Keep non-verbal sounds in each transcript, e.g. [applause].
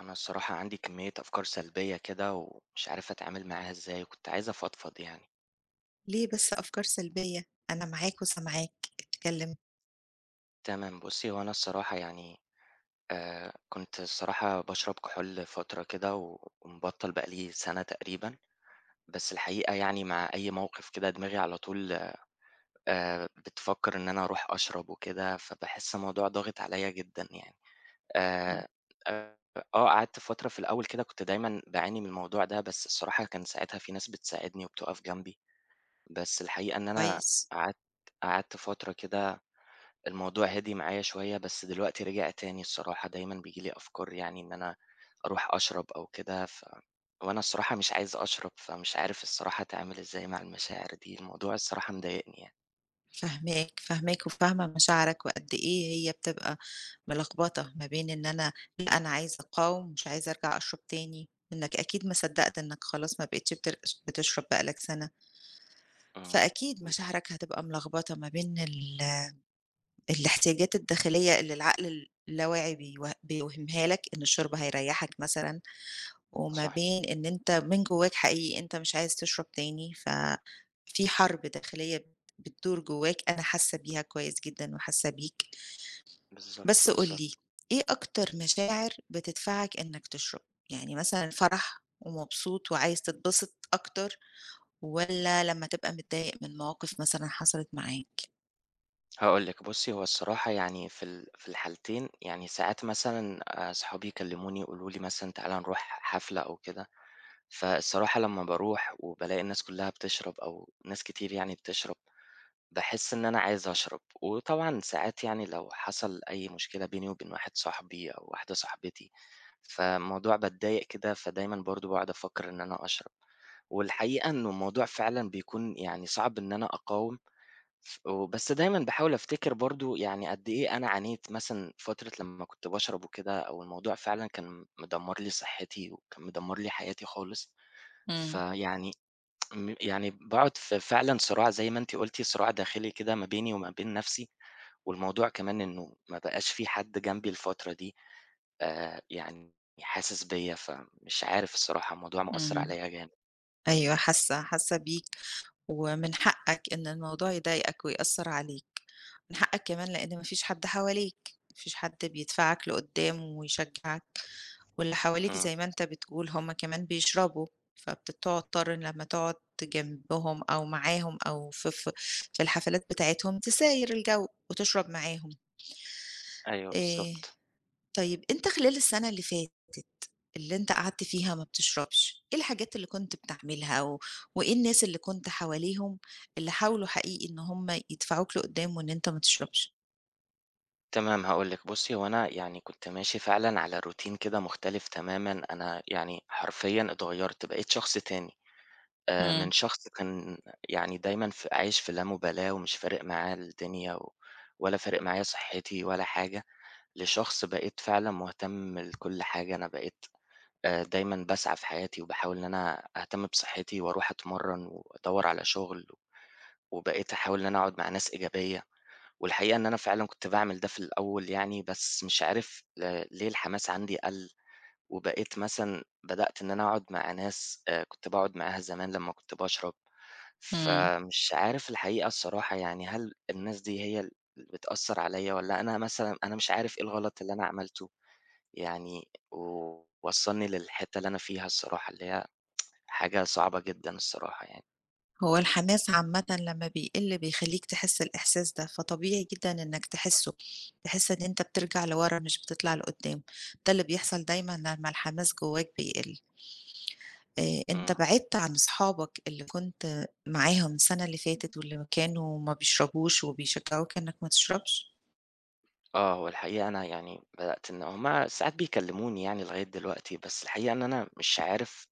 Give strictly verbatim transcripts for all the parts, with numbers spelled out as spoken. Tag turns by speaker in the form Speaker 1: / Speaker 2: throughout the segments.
Speaker 1: أنا الصراحة عندي كمية أفكار سلبية كده ومش عارف أتعامل معاها إزاي، كنت عايز أفضفض يعني.
Speaker 2: ليه بس أفكار سلبية؟ أنا معاك وسامعاك، اتكلم.
Speaker 1: تمام، بُصّي، هو أنا الصراحة يعني آآ كنت الصراحة باشرب كحول فترة كده و ومبطّل بقى لي سَنة تقريبًا، بس الحقيقة يعني مع أي موقف كده دماغي على طول آآ بتفكّر إن أنا أروح أشرب وكده، فباحس الموضوع ضاغط عليّا جدًا يعني.
Speaker 2: إمم.
Speaker 1: آآ آآ آه، قعدت فترة في الأول كده كنت دايمًا باعاني من الموضوع ده، بس الصراحة كان ساعتها في ناس بتساعدني وبتُقف جنبي. بس الحقيقة إن أنا
Speaker 2: كويس،
Speaker 1: قعدت قعدت فترة كده الموضوع هدي معايا شوية، بس دلوقتي رجع تاني الصراحة، دايمًا بييجي لي أفكار يعني إن أنا أروح أشرب أو كده ف وأنا الصراحة مش عايز أشرب، فمش عارف الصراحة أتعامل إزاي مع المشاعر دي، الموضوع الصراحة مضايقني يعني.
Speaker 2: فاهماك، فاهماك وفاهمة مشاعرك وقد إيه هي بتبقى ملخبطة ما بين إن أنا لأ، أنا عايزة أقاوم ومش عايزة أرجع أشرب تاني، إنك أكيد ما صدّقت إنك خلاص ما بقيتش بتر بتشرب بقى لك سَنة،
Speaker 1: إمم،
Speaker 2: فأكيد
Speaker 1: إمم،
Speaker 2: مشاعرك هتبقى ملخبطة ما بين ال الاحتياجات الداخلية اللي العقل اللاواعي بيوه بيوهمها لك إن الشرب هيريحك مثلًا وما
Speaker 1: صح،
Speaker 2: بين إن أنت من جواك حقيقي أنت مش عايز تشرب تاني، ففي حرب داخلية بتدور جواك أنا حاسة بيها كويس جدًا وحاسة بيك.
Speaker 1: بالضبط،
Speaker 2: بس قُل
Speaker 1: بالضبط.
Speaker 2: لي، إيه أكتر مشاعر بتدفعك إنك تشرب؟ يعني مثلًا فرح ومبسوط وعايز تتبسط أكتر والّا لمّا تبقى متضايق من مواقف مثلًا حصلت معاك؟
Speaker 1: هاقول لِك بُصّي، هو الصراحة يعني في ال في الحالتين يعني ساعات مثلًا أصحابي يكلموني يقولوا لي مثلًا تعالَ نروح حفلة أو كده، فالصراحة لمّا باروح وبالاقي الناس كلّها بتشرب أو ناس كتير يعني بتشرب، باحس إن أنا عايز أشرب، وطبعًا ساعات يعني لو حصل أي مشكلة بيني وبين واحد صاحبي أو واحدة صاحبتي، فالموضوع باتضايق كده، فدايمًا برضه باقعد أفكّر إن أنا أشرب، والحقيقة إنه الموضوع فعلًا بيكون يعني صعب إن أنا أقاوم، ف وبس دايمًا باحاول أفتكر برضه يعني قد إيه أنا عانيت مثلًا فترة لمّا كنت باشرب وكده، أو الموضوع فعلًا كان مدمّر لي صحتي وكان مدمّر لي حياتي خالص.
Speaker 2: إمم،
Speaker 1: فيعني م يعني باقعد في فعلًا صراع زي ما أنتِ قُلتِ، صراع داخلي كده ما بيني وما بين نَفْسي، والموضوع كمان إنه ما بقاش في حد جنبي الفترة دي آآ يعني حاسس بيّا، فمش عارف الصراحة الموضوع مأثّر
Speaker 2: إمم.
Speaker 1: عليّا جامد.
Speaker 2: أيوه حاسة، حاسة بيك ومن حقك إن الموضوع يضايقك ويأثّر عليك. من حقك كمان لإن ما فيش حد حواليك، ما فيش حد بيدفعك لقدّام ويشجعك، واللي حواليك
Speaker 1: إمم،
Speaker 2: زي ما أنت بتقول هم كمان بيشربوا، فبتضطر لمّا تقعد جنبهم أو معاهم أو في في في الحفلات بتاعتهم تساير الجو وتشرب معاهم.
Speaker 1: أيوه
Speaker 2: آآ
Speaker 1: بالضبط.
Speaker 2: طيب أنت خلال السنة اللي فاتت اللي أنت قعدت فيها ما بتشربش، إيه الحاجات اللي كنت بتعملها و وإيه الناس اللي كنت حواليهم اللي حاولوا حقيقي إن هم يدفعوك لقدّام وإن أنت ما تشربش؟
Speaker 1: تمام، هاقول لِك، بُصّي هو أنا يعني كنت ماشي فعلًا على routine كده مختلف تمامًا، أنا يعني حرفيًا اتغيّرت، بقيت شخص تاني. آآ من
Speaker 2: إمم،
Speaker 1: شخص كان يعني دايمًا ف عايش في اللامبالاة ومش فارق معاه الدنيا و ولا فارق معايا صحّتي ولا حاجة، لشخص بقيت فعلًا مهتم لكل حاجة، أنا بقيت آآ دايمًا باسعى في حياتي وباحاول إن أنا أهتم بصحّتي وأروح أتمرّن وأدوّر على شُغل، وبقيت أحاول إن أنا أقعد مع ناس إيجابية، والحقيقة إن أنا فعلًا كنت باعمل ده في الأول يعني، بس مش عارف ل ليه الحماس عندي قَل، وبقيت مثلًا بدأت إن أنا أقعد مع ناس آآ كنت باقعد معاها زمان لمّا كنت باشرب.
Speaker 2: إمم.
Speaker 1: فمش عارف الحقيقة الصراحة يعني هل الناس دي هي ال اللي بتأثّر عليّا والّا أنا مثلًا أنا مش عارف إيه الغلط اللي أنا عملته يعني ووصّلني للحتّة اللي أنا فيها الصراحة، اللي هي حاجة صعبة جدًا الصراحة يعني.
Speaker 2: هو الحماس عامةً لمّا بيقِل بيخلّيك تحس الإحساس ده، فطبيعي جدًا إنّك تحسّه، تحس إن أنت بترجع لورا مش بتطلع لقدّام، ده اللي بيحصل دايمًا لمّا الحماس جوّاك بيقِل. آآ أنت
Speaker 1: إمم.
Speaker 2: بعدت عن أصحابك اللي كنت معاهم السنة اللي فاتت واللي كانوا ما بيشربوش وبيشجّعوك إنّك ما تشربش؟
Speaker 1: آه، والحقيقة أنا يعني بدأت إن هُم ساعات بيكلّموني يعني لغاية دلوقتي، بس الحقيقة إن أنا مش عارف،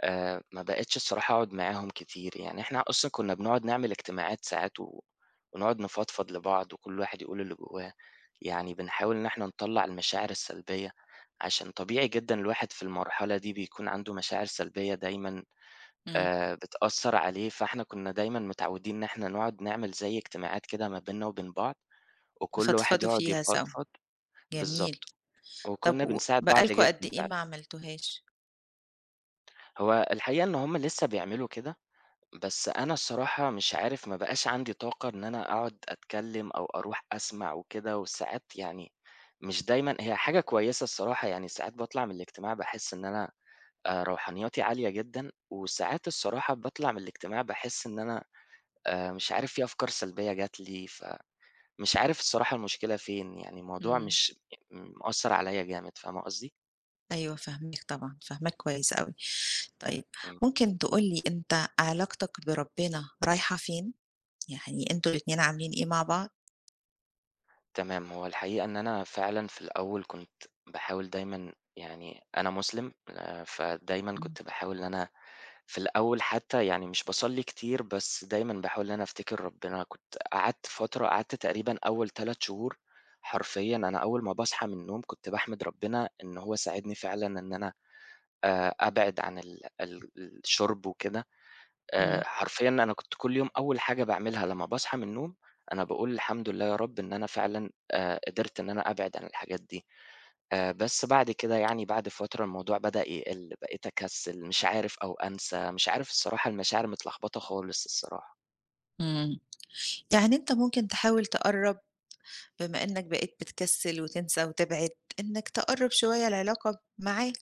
Speaker 1: آآ ما بقيتش الصراحة أقعد معاهم كتير، يعني إحنا أصلًا كُنّا بنقعد نعمل اجتماعات ساعات و ونقعد نفضفض لبعض وكل واحد يقول اللي جواه، يعني بنحاول إن إحنا نطلّع المشاعر السلبية، عشان طبيعي جدًا الواحد في المرحلة دي بيكون عنده مشاعر سلبية دايمًا
Speaker 2: إمم.
Speaker 1: آآ بتأثّر عليه، فإحنا كُنّا دايمًا متعودين إن إحنا نقعد نعمل زي اجتماعات كده ما بيننا وبين بعض، وكل واحد
Speaker 2: تفضفضوا
Speaker 1: يقعد
Speaker 2: فيها سوا،
Speaker 1: يفضفض.
Speaker 2: جميل.
Speaker 1: بالضبط،
Speaker 2: طب
Speaker 1: وكُنّا
Speaker 2: و
Speaker 1: بنساعد
Speaker 2: بقى
Speaker 1: بعض
Speaker 2: لكم
Speaker 1: جدًا
Speaker 2: قد إيه
Speaker 1: فعلًا.
Speaker 2: ما عملتوهاش؟
Speaker 1: هو الحقيقة إن هُم لسه بيعملوا كده، بس أنا الصراحة مش عارف، ما بقاش عندي طاقة إن أنا أقعد أتكلّم أو أروح أسمع وكده، وساعات يعني مش دايمًا هي حاجة كويسة الصراحة، يعني ساعات باطلع من الاجتماع باحس إن أنا آآ روحانيّاتي عالية جدًا، وساعات الصراحة باطلع من الاجتماع باحس إن أنا آآ مش عارف في أفكار سلبية جات لي، فمش عارف الصراحة المشكلة فين، يعني الموضوع
Speaker 2: إمم.
Speaker 1: مش مأثّر عليّا جامد، فاهمة قصدي؟
Speaker 2: أيوه فاهماك طبعًا، فاهماك كويس أوي. طيب، ممكن تقول لي أنت علاقتك بربنا رايحة فين؟ يعني أنتم الاتنين عاملين إيه مع بعض؟
Speaker 1: تمام، هو الحقيقة إن أنا فعلًا في الأول كنت باحاول دايمًا يعني أنا مسلم آآ، فدايمًا
Speaker 2: إمم،
Speaker 1: كنت باحاول إن أنا في الأول حتى يعني مش باصلّي كتير، بس دايمًا باحاول إن أنا أفتكر ربنا، كنت قعدت فترة قعدت تقريبًا أول ثلاث شهور، حرفيًا أنا أول ما باصحى من النوم كنت باحمد ربنا إن هو ساعدني فعلًا إن أنا آآ، أبعد عن ال ال الشُرب وكده. آآ
Speaker 2: إمم،
Speaker 1: حرفيًا أنا كنت كل يوم أول حاجة باعملها لمّا باصحى من النوم، أنا باقول الحمد لله يا رب إن أنا فعلًا آآ قدرت إن أنا أبعد عن الحاجات دي، آآ بس بعد كده يعني بعد فترة الموضوع بدأ يقل، بقيت أكسل، مش عارف أو أنسى، مش عارف الصراحة المشاعر متلخبطة خالص الصراحة.
Speaker 2: إمم، يعني أنت ممكن تحاول تقرّب بما إنك بقيت بتكسّل وتنسى وتبعد، إنك تقرّب شوية العلاقة معاه،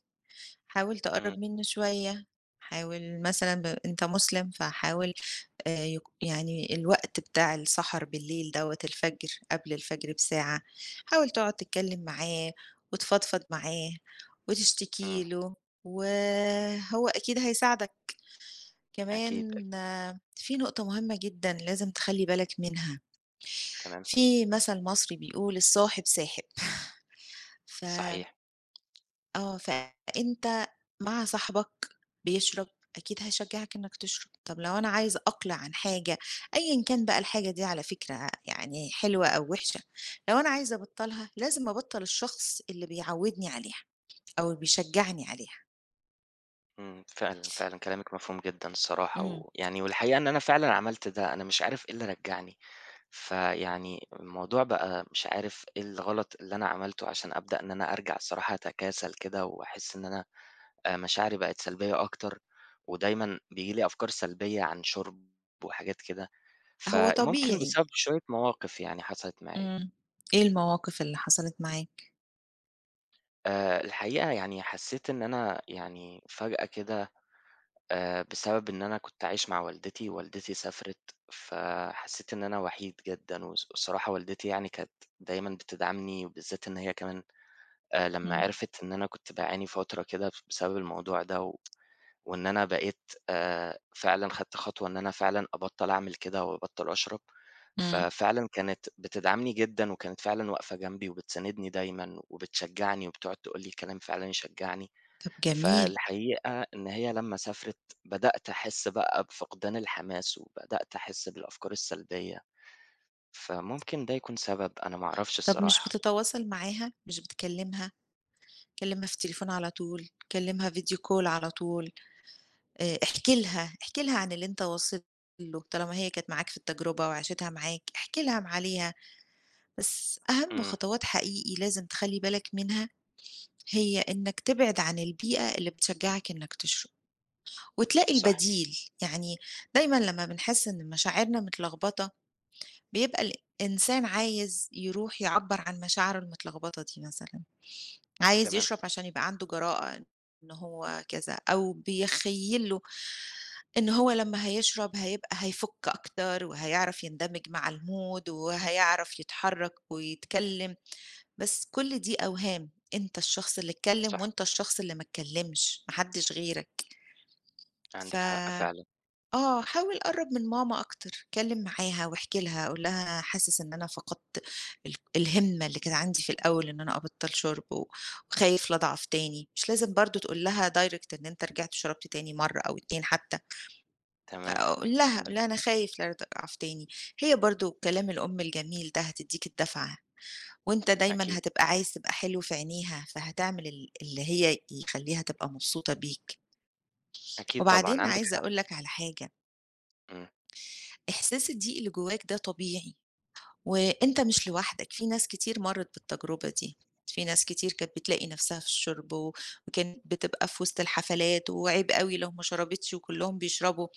Speaker 2: حاول
Speaker 1: إمم،
Speaker 2: تقرّب منه شوية، حاول مثلًا ب أنت مسلم فحاول آآ يك يعني الوقت بتاع السَهَر بالليل دوّة الفجر، قبل الفجر بساعة، حاول تقعد تتكلّم معاه وتفضفض معاه
Speaker 1: إمم،
Speaker 2: وتشتكي له، وهو أكيد هيساعدك.
Speaker 1: أكيد، أكيد،
Speaker 2: كمان آه، في نقطة مهمة جدًا لازم تخلّي بالك منها،
Speaker 1: تمام،
Speaker 2: في مثل مصري بيقول: "الصاحب ساحب." [laughs] ف
Speaker 1: صحيح.
Speaker 2: آه، فأنت مع صاحبك بيشرب، أكيد هيشجّعك إنّك تشرب، طَب لو أنا عايزة أقلع عن حاجة أيًا كان بقى الحاجة دي على فكرة يعني حلوة أو وِحشة، لو أنا عايزة أبطّلها لازم أبطّل الشخص اللي بيعوّدني عليها أو بيشجّعني عليها.
Speaker 1: إمم، فعلًا، فعلًا كلامِك مفهوم جدًا الصراحة،
Speaker 2: إمم،
Speaker 1: ويعني والحقيقة إن أنا فعلًا عملت ده، أنا مش عارف إيه اللي رجّعني، فيعني الموضوع بقى مش عارف إيه الغلط اللي أنا عملته عشان أبدأ إن أنا أرجع الصراحة أتكاسل كده، وأحس إن أنا آآ، مشاعري بقت سلبية أكتر، ودايمًا بييجي لي أفكار سلبية عن شُرب وحاجات كده،
Speaker 2: هو
Speaker 1: فممكن
Speaker 2: طبيعي.
Speaker 1: بسبب شوية مواقف يعني حصلت معايا.
Speaker 2: إمم، إيه المواقف اللي حصلت معاك؟
Speaker 1: آآ، الحقيقة يعني حسيت إن أنا يعني فجأة كده آآ بسبب إن أنا كنت عايش مع والدتي، والدتي سافرت، فحسّيت إن أنا وحيد جدًا، والص والصراحة والدتي يعني كانت دايمًا بتدعمني، وبالذات إن هي كمان آآ لمّا
Speaker 2: إمم،
Speaker 1: عرفت إن أنا كنت باعاني فترة كده بسبب الموضوع ده، و وإن أنا بقيت آآ فعلًا خدت خطوة إن أنا فعلًا أبطّل أعمل كده وأبطّل أشرب،
Speaker 2: إمم،
Speaker 1: ففعلًا كانت بتدعمني جدًا، وكانت فعلًا واقفة جنبي وبتساندني دايمًا، وبتشجعني وبتقعد تقول لي كلام فعلًا يشجعني.
Speaker 2: طَب جميل،
Speaker 1: فالحقيقة إن هي لمّا سافرت بدأت أحس بقى بفقدان الحماس، وبدأت أحس بالأفكار السلبية، فممكن ده يكون سبب أنا ما أعرفش
Speaker 2: طَب مش
Speaker 1: الصراحة.
Speaker 2: بتتواصل معاها، مش بتكلّمها، كلّمها في التليفون على طول، كلّمها video call على طول. آآ احكِ لها، احكِ لها عن اللي أنت واصل له، طالما هي كانت معاك في التجربة وعاشتها معاك، احكِ لها م عليها، بس أهم
Speaker 1: إمم،
Speaker 2: خطوات حقيقي لازم تخلّي بالك منها، هي إنك تبعد عن البيئة اللي بتشجّعك إنك تشرب، وتلاقي
Speaker 1: صح،
Speaker 2: البديل، يعني دايمًا لمّا بنحس إن مشاعرنا متلخبطة، بيبقى الإنسان عايز يروح يعبّر عن مشاعره المتلخبطة دي مثلًا، عايز
Speaker 1: تمام،
Speaker 2: يشرب عشان يبقى عنده جراءة إن هو كذا، أو بيخيّل له إن هو لمّا هيشرب هيبقى هيفُك أكتر وهيعرف يندمج مع الmood وهيعرف يتحرّك ويتكلّم، بس كل دي أوهام، أنت الشخص اللي
Speaker 1: صح،
Speaker 2: اتكلّم وأنت الشخص اللي ما اتكلّمش، ما حدّش غيرك. ف
Speaker 1: عندِك حق فعلًا،
Speaker 2: آه، حاول قرّب من ماما أكتر، اتكلّم معاها واحكِ لها، قُل لها حاسس إن أنا فقدت ال الهمة اللي كانت عندي في الأول إن أنا أبطّل شُرب و وخايف لا أضعف تاني، مش لازم برضه تقول لها direct إن أنت رجعت شربت تاني مرّة أو اتنين حتى.
Speaker 1: تمام،
Speaker 2: أقول لها، أقول
Speaker 1: إمم،
Speaker 2: لها أنا خايف لا تقع في تاني، هي برضه كلام الأم الجميل ده هتدّيك الدفعة، وأنت دايمًا
Speaker 1: أكيد،
Speaker 2: هتبقى عايز تبقى حلو في عينيها، فهتعمل ال اللي هي يخلّيها تبقى مبسوطة بيك.
Speaker 1: أكيد طبعًا
Speaker 2: وبعدين
Speaker 1: عندِك
Speaker 2: عايزة أقول
Speaker 1: حق،
Speaker 2: لك على حاجة،
Speaker 1: إمم،
Speaker 2: إحساس الضيق اللي جواك ده طبيعي. وأنت مش لوحدك، في ناس كتير مرّت بالتجربة دي، في ناس كتير كانت بتلاقي نفسها في الشُرب و وكانت بتبقى في وسط الحفلات وعيب أوي لو ما شربتش وكلّهم بيشربوا،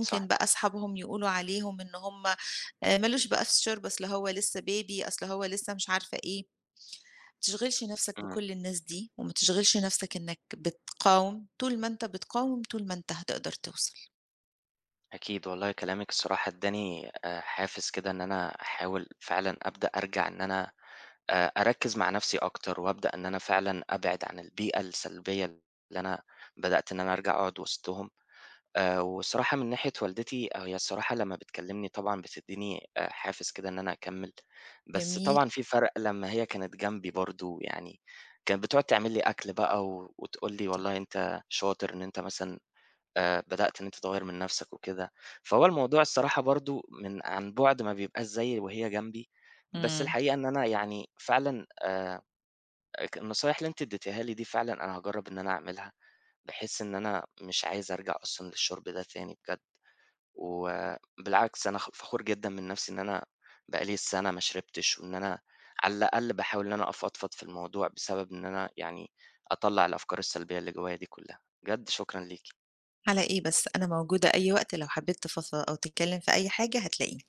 Speaker 1: صح،
Speaker 2: بقى أصحابهم يقولوا عليهم إن هم آآ، ما لوش بقى في الشُرب، أصل هو لسه baby أصل هو لسه مش عارفة إيه، ما تشغلش نفسك
Speaker 1: إمم،
Speaker 2: بكل الناس دي، وما تشغلش نفسك إنك بتقاوم، طول ما أنت بتقاوم، طول ما أنت هتقدر توصل.
Speaker 1: أكيد والله كلامِك الصراحة ادّاني آآ، حافز كده إن أنا أحاول فعلًا أبدأ أرجع إن أنا آآ أركّز مع نَفْسي أكتر، وأبدأ إن أنا فعلًا أبعد عن البيئة السلبية اللي أنا بدأت إن أنا أرجع أقعد وسطهم، آآ والصراحة من ناحية والدتي آه، هي الصراحة لمّا بتكلّمني طبعًا بتدّيني آآ حافز كده إن أنا أكمّل، بس
Speaker 2: جميل،
Speaker 1: طبعًا في فرق لمّا هي كانت جنبي برضه يعني، كانت بتقعد تعمل لي أكل بقى و وتقول لي والله أنت شاطر إن أنت مثلًا آآ بدأت إن أنت تغيّر من نَفْسك وكده، فهو الموضوع الصراحة برضه من عن بُعد ما بيبقاش زي وهي جنبي، بس
Speaker 2: إمم.
Speaker 1: الحقيقة إن أنا يعني فعلًا آآ ك النصايح اللي أنتِ ادّيتيها لي دي فعلًا أنا هاجرّب إن أنا أعملها، بحيث إن أنا مش عايز أرجع أصلًا للشُرب ده تاني بجد، وبالعكس أنا خ فخور جدًا من نَفْسي إن أنا بقى لي سَنة ما شربتش، وإن أنا على الأقل باحاول إن أنا أفضفض في الموضوع بسبب إن أنا يعني أطلّع الأفكار السلبية اللي جوايا دي كُلّها، بجد شكرًا ليكِ.
Speaker 2: على إيه بس، أنا موجودة أي وقت لو حبيت تفضفض أو تتكلم في أي حاجة هتلاقيني.